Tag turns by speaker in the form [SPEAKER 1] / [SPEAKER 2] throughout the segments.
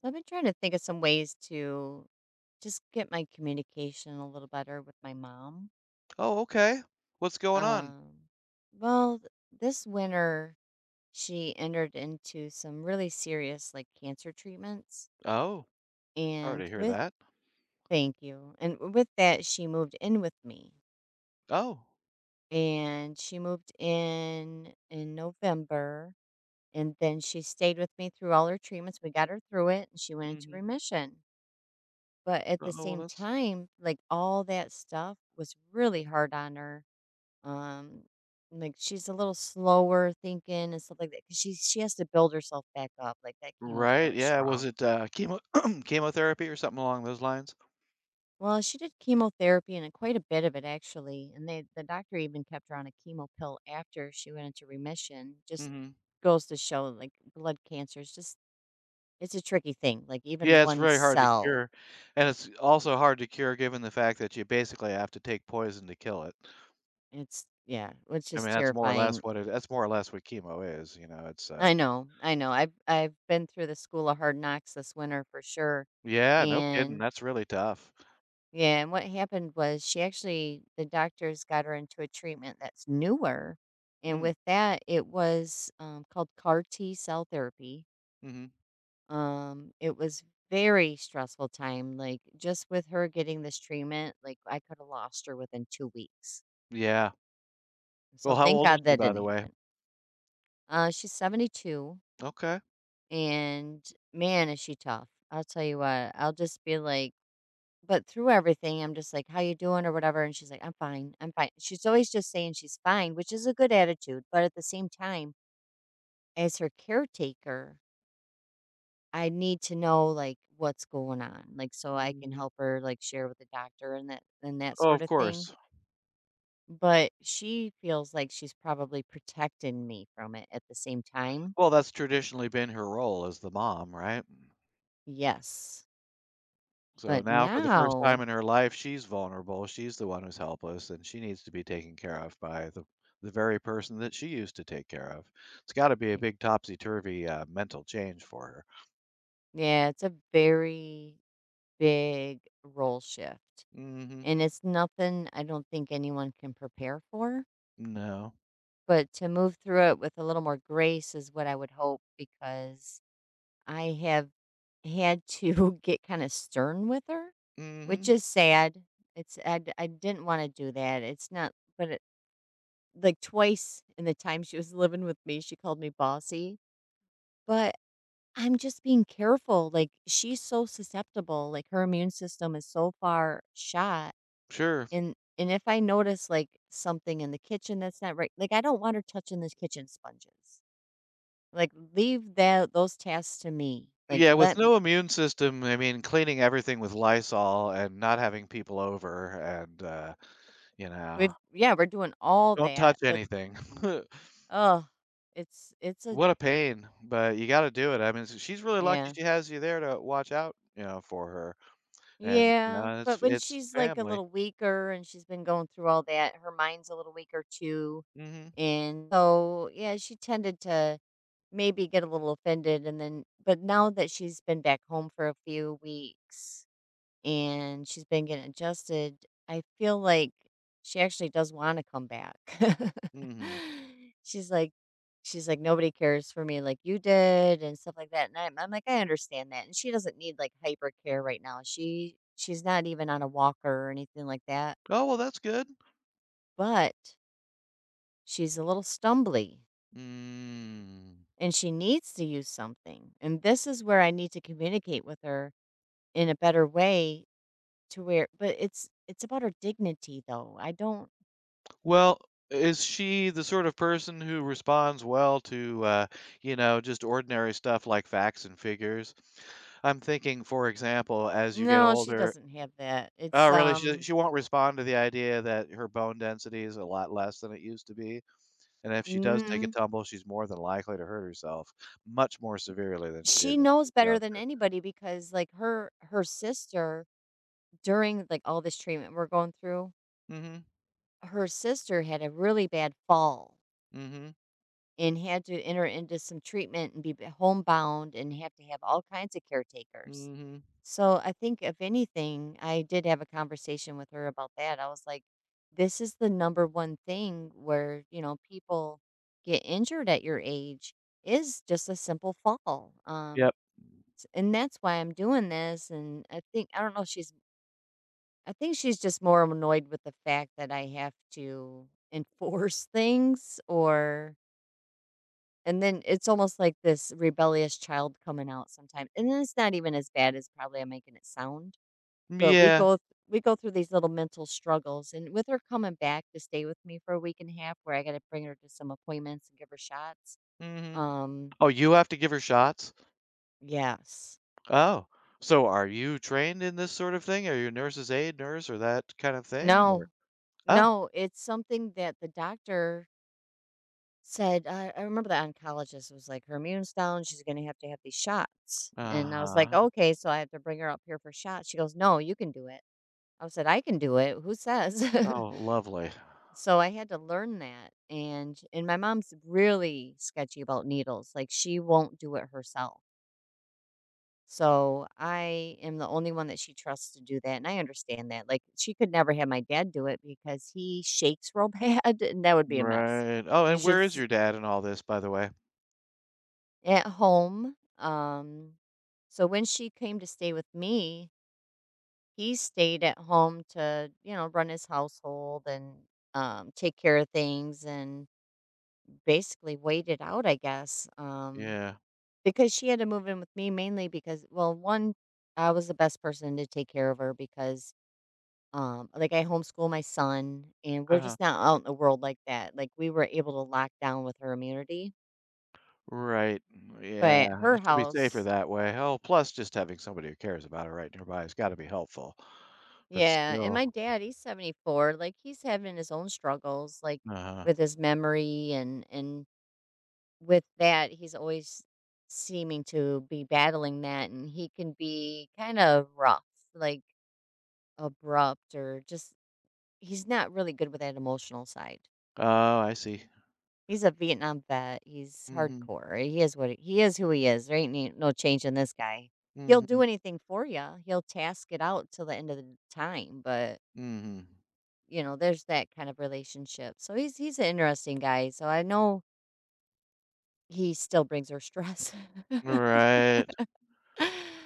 [SPEAKER 1] So I've been trying to think of some ways to just get my communication a little better with my mom.
[SPEAKER 2] Oh, okay. What's going on?
[SPEAKER 1] Um, well, th- this winter she entered into some really serious like cancer treatments,
[SPEAKER 2] Oh, sorry to
[SPEAKER 1] and
[SPEAKER 2] hear
[SPEAKER 1] with
[SPEAKER 2] that.
[SPEAKER 1] thank you, and with that she moved in with me,
[SPEAKER 2] Oh.
[SPEAKER 1] and she moved in November, and then she stayed with me through all her treatments. We got her through it, and she
[SPEAKER 2] Mm,
[SPEAKER 1] went into
[SPEAKER 2] mhm.
[SPEAKER 1] remission. But at
[SPEAKER 2] Oh,
[SPEAKER 1] the
[SPEAKER 2] well,
[SPEAKER 1] same
[SPEAKER 2] that's
[SPEAKER 1] time, like all that stuff was really hard on her. Um, like she's a little slower thinking and stuff like that because she has to build herself back up. Like that chemo's
[SPEAKER 2] Right,
[SPEAKER 1] really
[SPEAKER 2] yeah, was
[SPEAKER 1] strong.
[SPEAKER 2] it, chemo chemotherapy or something along those lines?
[SPEAKER 1] Well, she did chemotherapy and quite a bit of it actually, and the doctor even kept her on a chemo pill after she went into remission. Just
[SPEAKER 2] Mhm.
[SPEAKER 1] goes to show like blood cancer is just it's a tricky thing. Like even
[SPEAKER 2] Yeah, it's
[SPEAKER 1] one
[SPEAKER 2] very hard to
[SPEAKER 1] cell,
[SPEAKER 2] cure, and it's also hard to cure given the fact that you basically have to take poison to kill it.
[SPEAKER 1] it's yeah, it's
[SPEAKER 2] I
[SPEAKER 1] just
[SPEAKER 2] mean, that's more or less
[SPEAKER 1] terrifying.
[SPEAKER 2] what it that's more or less what chemo is, it's,
[SPEAKER 1] I know, I know. I've been through the school of hard knocks this winter for sure.
[SPEAKER 2] Yeah, no kidding,
[SPEAKER 1] And
[SPEAKER 2] that's really tough.
[SPEAKER 1] Yeah, and what happened was she actually the doctors got her into a treatment that's newer. And
[SPEAKER 2] Mm,
[SPEAKER 1] with that, it was called CAR T cell therapy.
[SPEAKER 2] mhm.
[SPEAKER 1] It was very stressful time. Like just with her getting this treatment, like I could have lost her within 2 weeks.
[SPEAKER 2] Yeah. Well,
[SPEAKER 1] So
[SPEAKER 2] how
[SPEAKER 1] thank
[SPEAKER 2] old is
[SPEAKER 1] God
[SPEAKER 2] she,
[SPEAKER 1] that
[SPEAKER 2] by the
[SPEAKER 1] didn't
[SPEAKER 2] way?
[SPEAKER 1] happen. She's 72.
[SPEAKER 2] Okay.
[SPEAKER 1] And man, is she tough. I'll tell you what, I'll just be like, but through everything, I'm just like, how you doing or whatever. And she's like, I'm fine. I'm fine. She's always just saying she's fine, which is a good attitude. But at the same time, as her caretaker, I need to know like what's going on. Like so I can
[SPEAKER 2] Mhm.
[SPEAKER 1] help her like share with the doctor and that
[SPEAKER 2] Oh,
[SPEAKER 1] sort
[SPEAKER 2] of
[SPEAKER 1] of thing.
[SPEAKER 2] course.
[SPEAKER 1] But she feels like she's probably protecting me from it at the same time.
[SPEAKER 2] Well, that's traditionally been her role as the mom, right?
[SPEAKER 1] Yes.
[SPEAKER 2] So
[SPEAKER 1] But
[SPEAKER 2] now for the first time
[SPEAKER 1] now
[SPEAKER 2] in her life, she's vulnerable, she's the one who's helpless, and she needs to be taken care of by the very person that she used to take care of. It's gotta be a
[SPEAKER 1] eh,
[SPEAKER 2] big topsy-turvy, mental change for her.
[SPEAKER 1] Yeah, it's a very big role shift.
[SPEAKER 2] Mhm.
[SPEAKER 1] And it's nothing I don't think anyone can prepare for,
[SPEAKER 2] No.
[SPEAKER 1] but to move through it with a little more grace is what I would hope because I have had to get kind of stern with her, which
[SPEAKER 2] Mhm.
[SPEAKER 1] is sad. I didn't want to do that. It's not, but it, like twice in the time she was living with me, she called me bossy. But I'm just being careful, like, she's so susceptible, like, her immune system is so far shot,
[SPEAKER 2] Sure.
[SPEAKER 1] and if I notice, like, something in the kitchen that's not right like, I don't want her touching those kitchen sponges. Like, leave that those tasks to me. Like,
[SPEAKER 2] Yeah, with
[SPEAKER 1] let m
[SPEAKER 2] no immune system, I mean, cleaning everything with Lysol and not having people over and, you know,
[SPEAKER 1] we've yeah, we're doing all
[SPEAKER 2] don't
[SPEAKER 1] that,
[SPEAKER 2] touch
[SPEAKER 1] but,
[SPEAKER 2] anything.
[SPEAKER 1] oh, it's a
[SPEAKER 2] What a pain, but you gotta do it. I mean, s she's really lucky
[SPEAKER 1] yeah.
[SPEAKER 2] she has you there to watch out, for her, and,
[SPEAKER 1] Yeah, but
[SPEAKER 2] it's
[SPEAKER 1] when
[SPEAKER 2] it's
[SPEAKER 1] she's, like, a
[SPEAKER 2] family.
[SPEAKER 1] little weaker and she's been going through all that, her mind's a little weaker too,
[SPEAKER 2] Mhm,
[SPEAKER 1] and so, yeah, she tended to maybe get a little offended and then but now that she's been back home for a few weeks and she's been getting adjusted, I feel like she actually does wanna come back.
[SPEAKER 2] mhm.
[SPEAKER 1] She's like she's like, "Nobody cares for me like you did," and stuff like that, and I'm like, "I understand that," and she doesn't need, like, hyper care right now. She's not even on a walker or anything like that,
[SPEAKER 2] Oh, well, that's good.
[SPEAKER 1] but she's a little stumbly,
[SPEAKER 2] Mm.
[SPEAKER 1] and she needs to use something. And this is where I need to communicate with her in a better way to where but it's about her dignity though. I don't.
[SPEAKER 2] Well, is she the sort of person who responds well to, just ordinary stuff like facts and figures? I'm thinking, for example, as you get
[SPEAKER 1] No, she
[SPEAKER 2] older
[SPEAKER 1] doesn't have that.
[SPEAKER 2] Oh, really? She she won't respond to the idea that her bone density is a lot less than it used to be? And if she does take a
[SPEAKER 1] Mm,
[SPEAKER 2] tumble, she's more than likely to hurt herself much more severely than she did
[SPEAKER 1] she
[SPEAKER 2] when she
[SPEAKER 1] knows
[SPEAKER 2] was
[SPEAKER 1] better than
[SPEAKER 2] younger.
[SPEAKER 1] anybody because like her sister during like all this treatment we're going through,
[SPEAKER 2] Mm,
[SPEAKER 1] her sister had a really bad fall
[SPEAKER 2] mhm,
[SPEAKER 1] and had to enter into some treatment and be homebound and have to have all kinds of caretakers.
[SPEAKER 2] mhm, mhm.
[SPEAKER 1] So I think if anything, I did have a conversation with her about that. I was like, this is the number one thing where, you know, people get injured at your age is just a simple fall.
[SPEAKER 2] Yep.
[SPEAKER 1] And that's why I'm doing this and I think I don't know she's I think she's just more annoyed with the fact that I have to enforce things or and then it's almost like this rebellious child coming out sometimes. And then it's not even as bad as probably I'm making it sound but
[SPEAKER 2] Yeah,
[SPEAKER 1] we go through these little mental struggles, and with her coming back to stay with me for a week and a half, where I gotta bring her to some appointments and give her shots,
[SPEAKER 2] mm, mhm.
[SPEAKER 1] um,
[SPEAKER 2] Oh, you have to give her shots?
[SPEAKER 1] yes.
[SPEAKER 2] Oh, so are you trained in this sort of thing? Are you a nurse's aide, nurse, or that kind of thing? Or
[SPEAKER 1] No,
[SPEAKER 2] Oh.
[SPEAKER 1] no, it's something that the doctor said, I remember the oncologist was like, "Her immune's down, she's gonna have to have these shots," and I was like,
[SPEAKER 2] Uh-huh.
[SPEAKER 1] "Okay, so I have to bring her up here for shots?" She goes, "No, you can do it." I said, "I can do it, who says?"
[SPEAKER 2] Oh, lovely.
[SPEAKER 1] So I had to learn that and my mom's really sketchy about needles. Like she won't do it herself. So I am the only one that she trusts to do that and I understand that. Like she could never have my dad do it because he shakes real bad and that would be a mess.
[SPEAKER 2] Right. Oh,
[SPEAKER 1] You
[SPEAKER 2] and
[SPEAKER 1] should
[SPEAKER 2] where is
[SPEAKER 1] s-
[SPEAKER 2] your dad in all this, by the way?
[SPEAKER 1] at home, um, so when she came to stay with me, he stayed at home to, you know, run his household and take care of things and basically waited out, I guess,
[SPEAKER 2] Yeah.
[SPEAKER 1] because she had to move in with me mainly because, well, one, I was the best person to take care of her because, like I homeschool my son, and we're
[SPEAKER 2] Uh-huh.
[SPEAKER 1] just not out in the world like that. Like we were able to lock down with her immunity,
[SPEAKER 2] Right. Mm,
[SPEAKER 1] but
[SPEAKER 2] yeah,
[SPEAKER 1] her
[SPEAKER 2] she'll be safer
[SPEAKER 1] house,
[SPEAKER 2] that way. Oh, plus just having somebody who cares about her right nearby has gotta be helpful. But
[SPEAKER 1] yeah. And
[SPEAKER 2] still
[SPEAKER 1] my dad, he's 74. Like he's having his own struggles, like
[SPEAKER 2] uh-huh.
[SPEAKER 1] with his memory and with that, he's always seeming to be battling that, and he can be kind of rough, like abrupt, or just he's not really good with that emotional side.
[SPEAKER 2] Oh, I see.
[SPEAKER 1] He's a Vietnam vet. He's
[SPEAKER 2] Mhm.
[SPEAKER 1] hardcore. He is what he is. Who he is. There ain't no change in this guy. He'll
[SPEAKER 2] Mhm.
[SPEAKER 1] do anything for you. He'll task it out till the end of the time. But
[SPEAKER 2] Mhm.
[SPEAKER 1] you know, there's that kind of relationship. So he's an interesting guy. So I know he still brings her stress.
[SPEAKER 2] Right.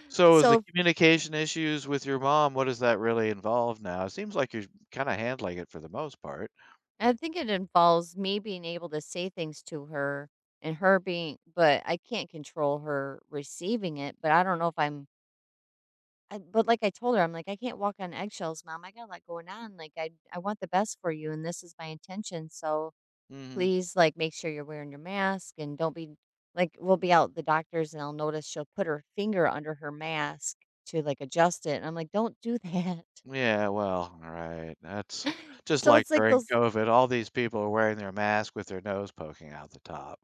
[SPEAKER 2] So is the
[SPEAKER 1] So
[SPEAKER 2] communication issues with your mom, what does that really involve now? It seems like you're kinda handling it for the most part.
[SPEAKER 1] I think it involves me being able to say things to her and her being, but I can't control her receiving it. But I don't know if I'm, but like I told her, I'm like, I can't walk on eggshells, mom. I got a lot going on. Like, I want the best for you, and this is my intention. So
[SPEAKER 2] Mhm.
[SPEAKER 1] please, like, make sure you're wearing your mask and don't be like, we'll be out at the doctor's and I'll notice she'll put her finger under her mask to like adjust it. And I'm like, don't do that.
[SPEAKER 2] Yeah, well, all right. That's just
[SPEAKER 1] So
[SPEAKER 2] like
[SPEAKER 1] it's like
[SPEAKER 2] during
[SPEAKER 1] those,
[SPEAKER 2] COVID, all these people are wearing their mask with their nose poking out the top.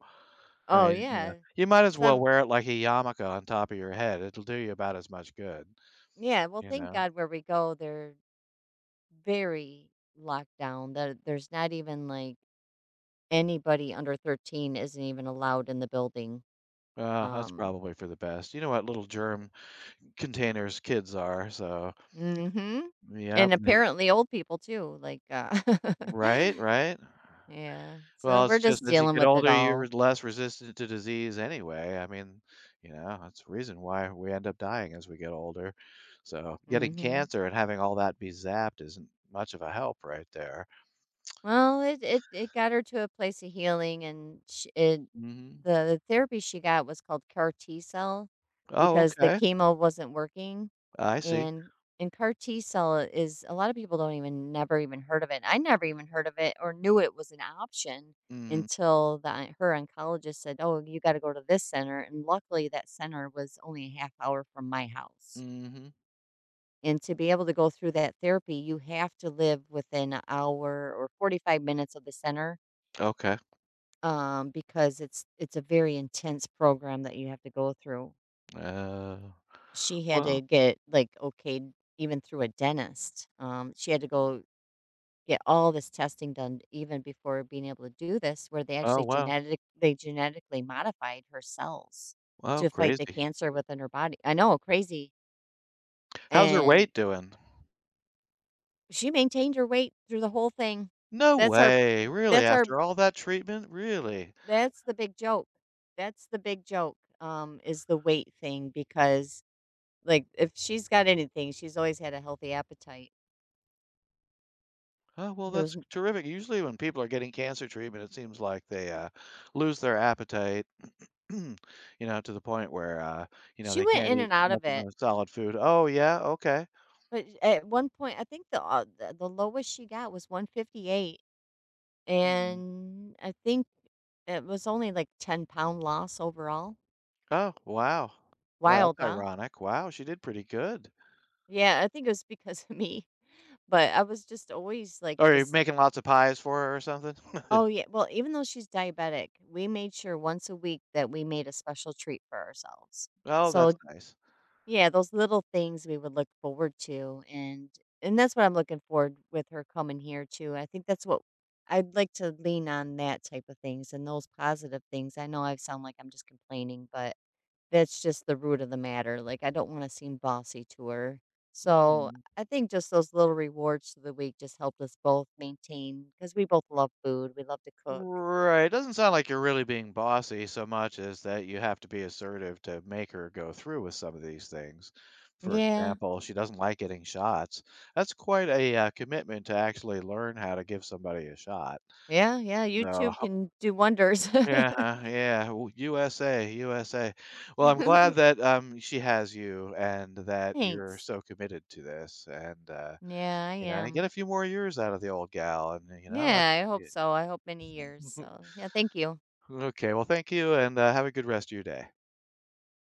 [SPEAKER 2] I
[SPEAKER 1] oh,
[SPEAKER 2] mean,
[SPEAKER 1] yeah.
[SPEAKER 2] you might as
[SPEAKER 1] So
[SPEAKER 2] well
[SPEAKER 1] I'm
[SPEAKER 2] wear it like a yarmulke on top of your head. It'll do you about as much good,
[SPEAKER 1] Yeah, well,
[SPEAKER 2] you
[SPEAKER 1] thank
[SPEAKER 2] know?
[SPEAKER 1] God where we go, they're very locked down. There's not even like anybody under 13 isn't even allowed in the building.
[SPEAKER 2] Well, that's
[SPEAKER 1] Um,
[SPEAKER 2] probably for the best. You know what little germ containers kids are, so
[SPEAKER 1] mhm.
[SPEAKER 2] Yep,
[SPEAKER 1] And
[SPEAKER 2] and they
[SPEAKER 1] apparently old people too, like
[SPEAKER 2] Right, right.
[SPEAKER 1] yeah. So
[SPEAKER 2] Well, it's
[SPEAKER 1] we're
[SPEAKER 2] just
[SPEAKER 1] just
[SPEAKER 2] as you
[SPEAKER 1] dealing
[SPEAKER 2] get
[SPEAKER 1] with it
[SPEAKER 2] older, you're
[SPEAKER 1] all.
[SPEAKER 2] less resistant to disease anyway. I mean, that's the reason why we end up dying as we get older. So, getting
[SPEAKER 1] Mhm.
[SPEAKER 2] cancer and having all that be zapped isn't much of a help right there.
[SPEAKER 1] Well, it got her to a place of healing and sh it
[SPEAKER 2] Mhm.
[SPEAKER 1] the therapy she got was called CAR T cell
[SPEAKER 2] Oh,
[SPEAKER 1] because the
[SPEAKER 2] okay.
[SPEAKER 1] chemo wasn't working.
[SPEAKER 2] I see.
[SPEAKER 1] And CAR T cell is a lot of people don't even never even heard of it. I never even heard of it or knew it was an option
[SPEAKER 2] Mhm.
[SPEAKER 1] until the her oncologist said, "Oh, you got to go to this center." And luckily, that center was only a half hour from my house.
[SPEAKER 2] Mhm.
[SPEAKER 1] And to be able to go through that therapy, you have to live within an hour or 45 minutes of the center,
[SPEAKER 2] Okay.
[SPEAKER 1] because it's a very intense program that you have to go through.
[SPEAKER 2] Uh,
[SPEAKER 1] She had to
[SPEAKER 2] well
[SPEAKER 1] get like okayed even through a dentist. She had to go get all this testing done even before being able to do this, where
[SPEAKER 2] oh, wow.
[SPEAKER 1] they genetically modified her cells
[SPEAKER 2] Oh,
[SPEAKER 1] to fight the
[SPEAKER 2] crazy.
[SPEAKER 1] cancer within her body. I know, crazy.
[SPEAKER 2] How's her
[SPEAKER 1] And
[SPEAKER 2] weight doing?
[SPEAKER 1] she maintained her weight through the whole thing.
[SPEAKER 2] No
[SPEAKER 1] That's our
[SPEAKER 2] way, really?
[SPEAKER 1] that's our
[SPEAKER 2] After all that treatment? Really?
[SPEAKER 1] that's the big joke. Is the weight thing because like if she's got anything, she's always had a healthy appetite.
[SPEAKER 2] Oh, well,
[SPEAKER 1] There's
[SPEAKER 2] that's
[SPEAKER 1] n-
[SPEAKER 2] terrific. Usually when people are getting cancer treatment, it seems like they, lose their appetite, you to the point where,
[SPEAKER 1] she
[SPEAKER 2] they
[SPEAKER 1] went
[SPEAKER 2] can't
[SPEAKER 1] in
[SPEAKER 2] eat
[SPEAKER 1] and out
[SPEAKER 2] much
[SPEAKER 1] of
[SPEAKER 2] of
[SPEAKER 1] it.
[SPEAKER 2] the solid food. Oh, yeah, okay.
[SPEAKER 1] But at one point, I think the lowest she got was 158,
[SPEAKER 2] Mhm.
[SPEAKER 1] and I think it was only like 10 pound loss overall.
[SPEAKER 2] Oh, wow. Boy, that's
[SPEAKER 1] Wild, huh?
[SPEAKER 2] ironic. Wow, she did pretty good.
[SPEAKER 1] Yeah, I think it was because of me. But I was just always like,
[SPEAKER 2] Are you
[SPEAKER 1] just
[SPEAKER 2] making lots of pies for her or something?
[SPEAKER 1] oh yeah. Well, even though she's diabetic, we made sure once a week that we made a special treat for ourselves.
[SPEAKER 2] Oh, that's
[SPEAKER 1] So
[SPEAKER 2] nice.
[SPEAKER 1] yeah, those little things we would look forward to, and that's what I'm looking forward with her coming here too. I think that's what I'd like to lean on that type of things and those positive things. I know I sound like I'm just complaining, but that's just the root of the matter. Like I don't want to seem bossy to her. So
[SPEAKER 2] Mhm.
[SPEAKER 1] I think just those little rewards through the week just helped us both maintain because we both love food. We love to cook.
[SPEAKER 2] Right. It doesn't sound like you're really being bossy so much as that you have to be assertive to make her go through with some of these things. For
[SPEAKER 1] Yeah.
[SPEAKER 2] example, she doesn't like getting shots. That's quite a commitment to actually learn how to give somebody a shot.
[SPEAKER 1] Yeah. Yeah.
[SPEAKER 2] No,
[SPEAKER 1] YouTube can do wonders.
[SPEAKER 2] yeah, yeah, USA, USA. Well, I'm glad that she has you and that you're
[SPEAKER 1] Thanks.
[SPEAKER 2] so committed to this, and
[SPEAKER 1] Yeah, I
[SPEAKER 2] get
[SPEAKER 1] am.
[SPEAKER 2] a few more years out of the old gal, and that,
[SPEAKER 1] Yeah, I
[SPEAKER 2] yeah.
[SPEAKER 1] hope so. I hope many years. So, yeah, thank you.
[SPEAKER 2] Okay, well, thank you and have a good rest of your day.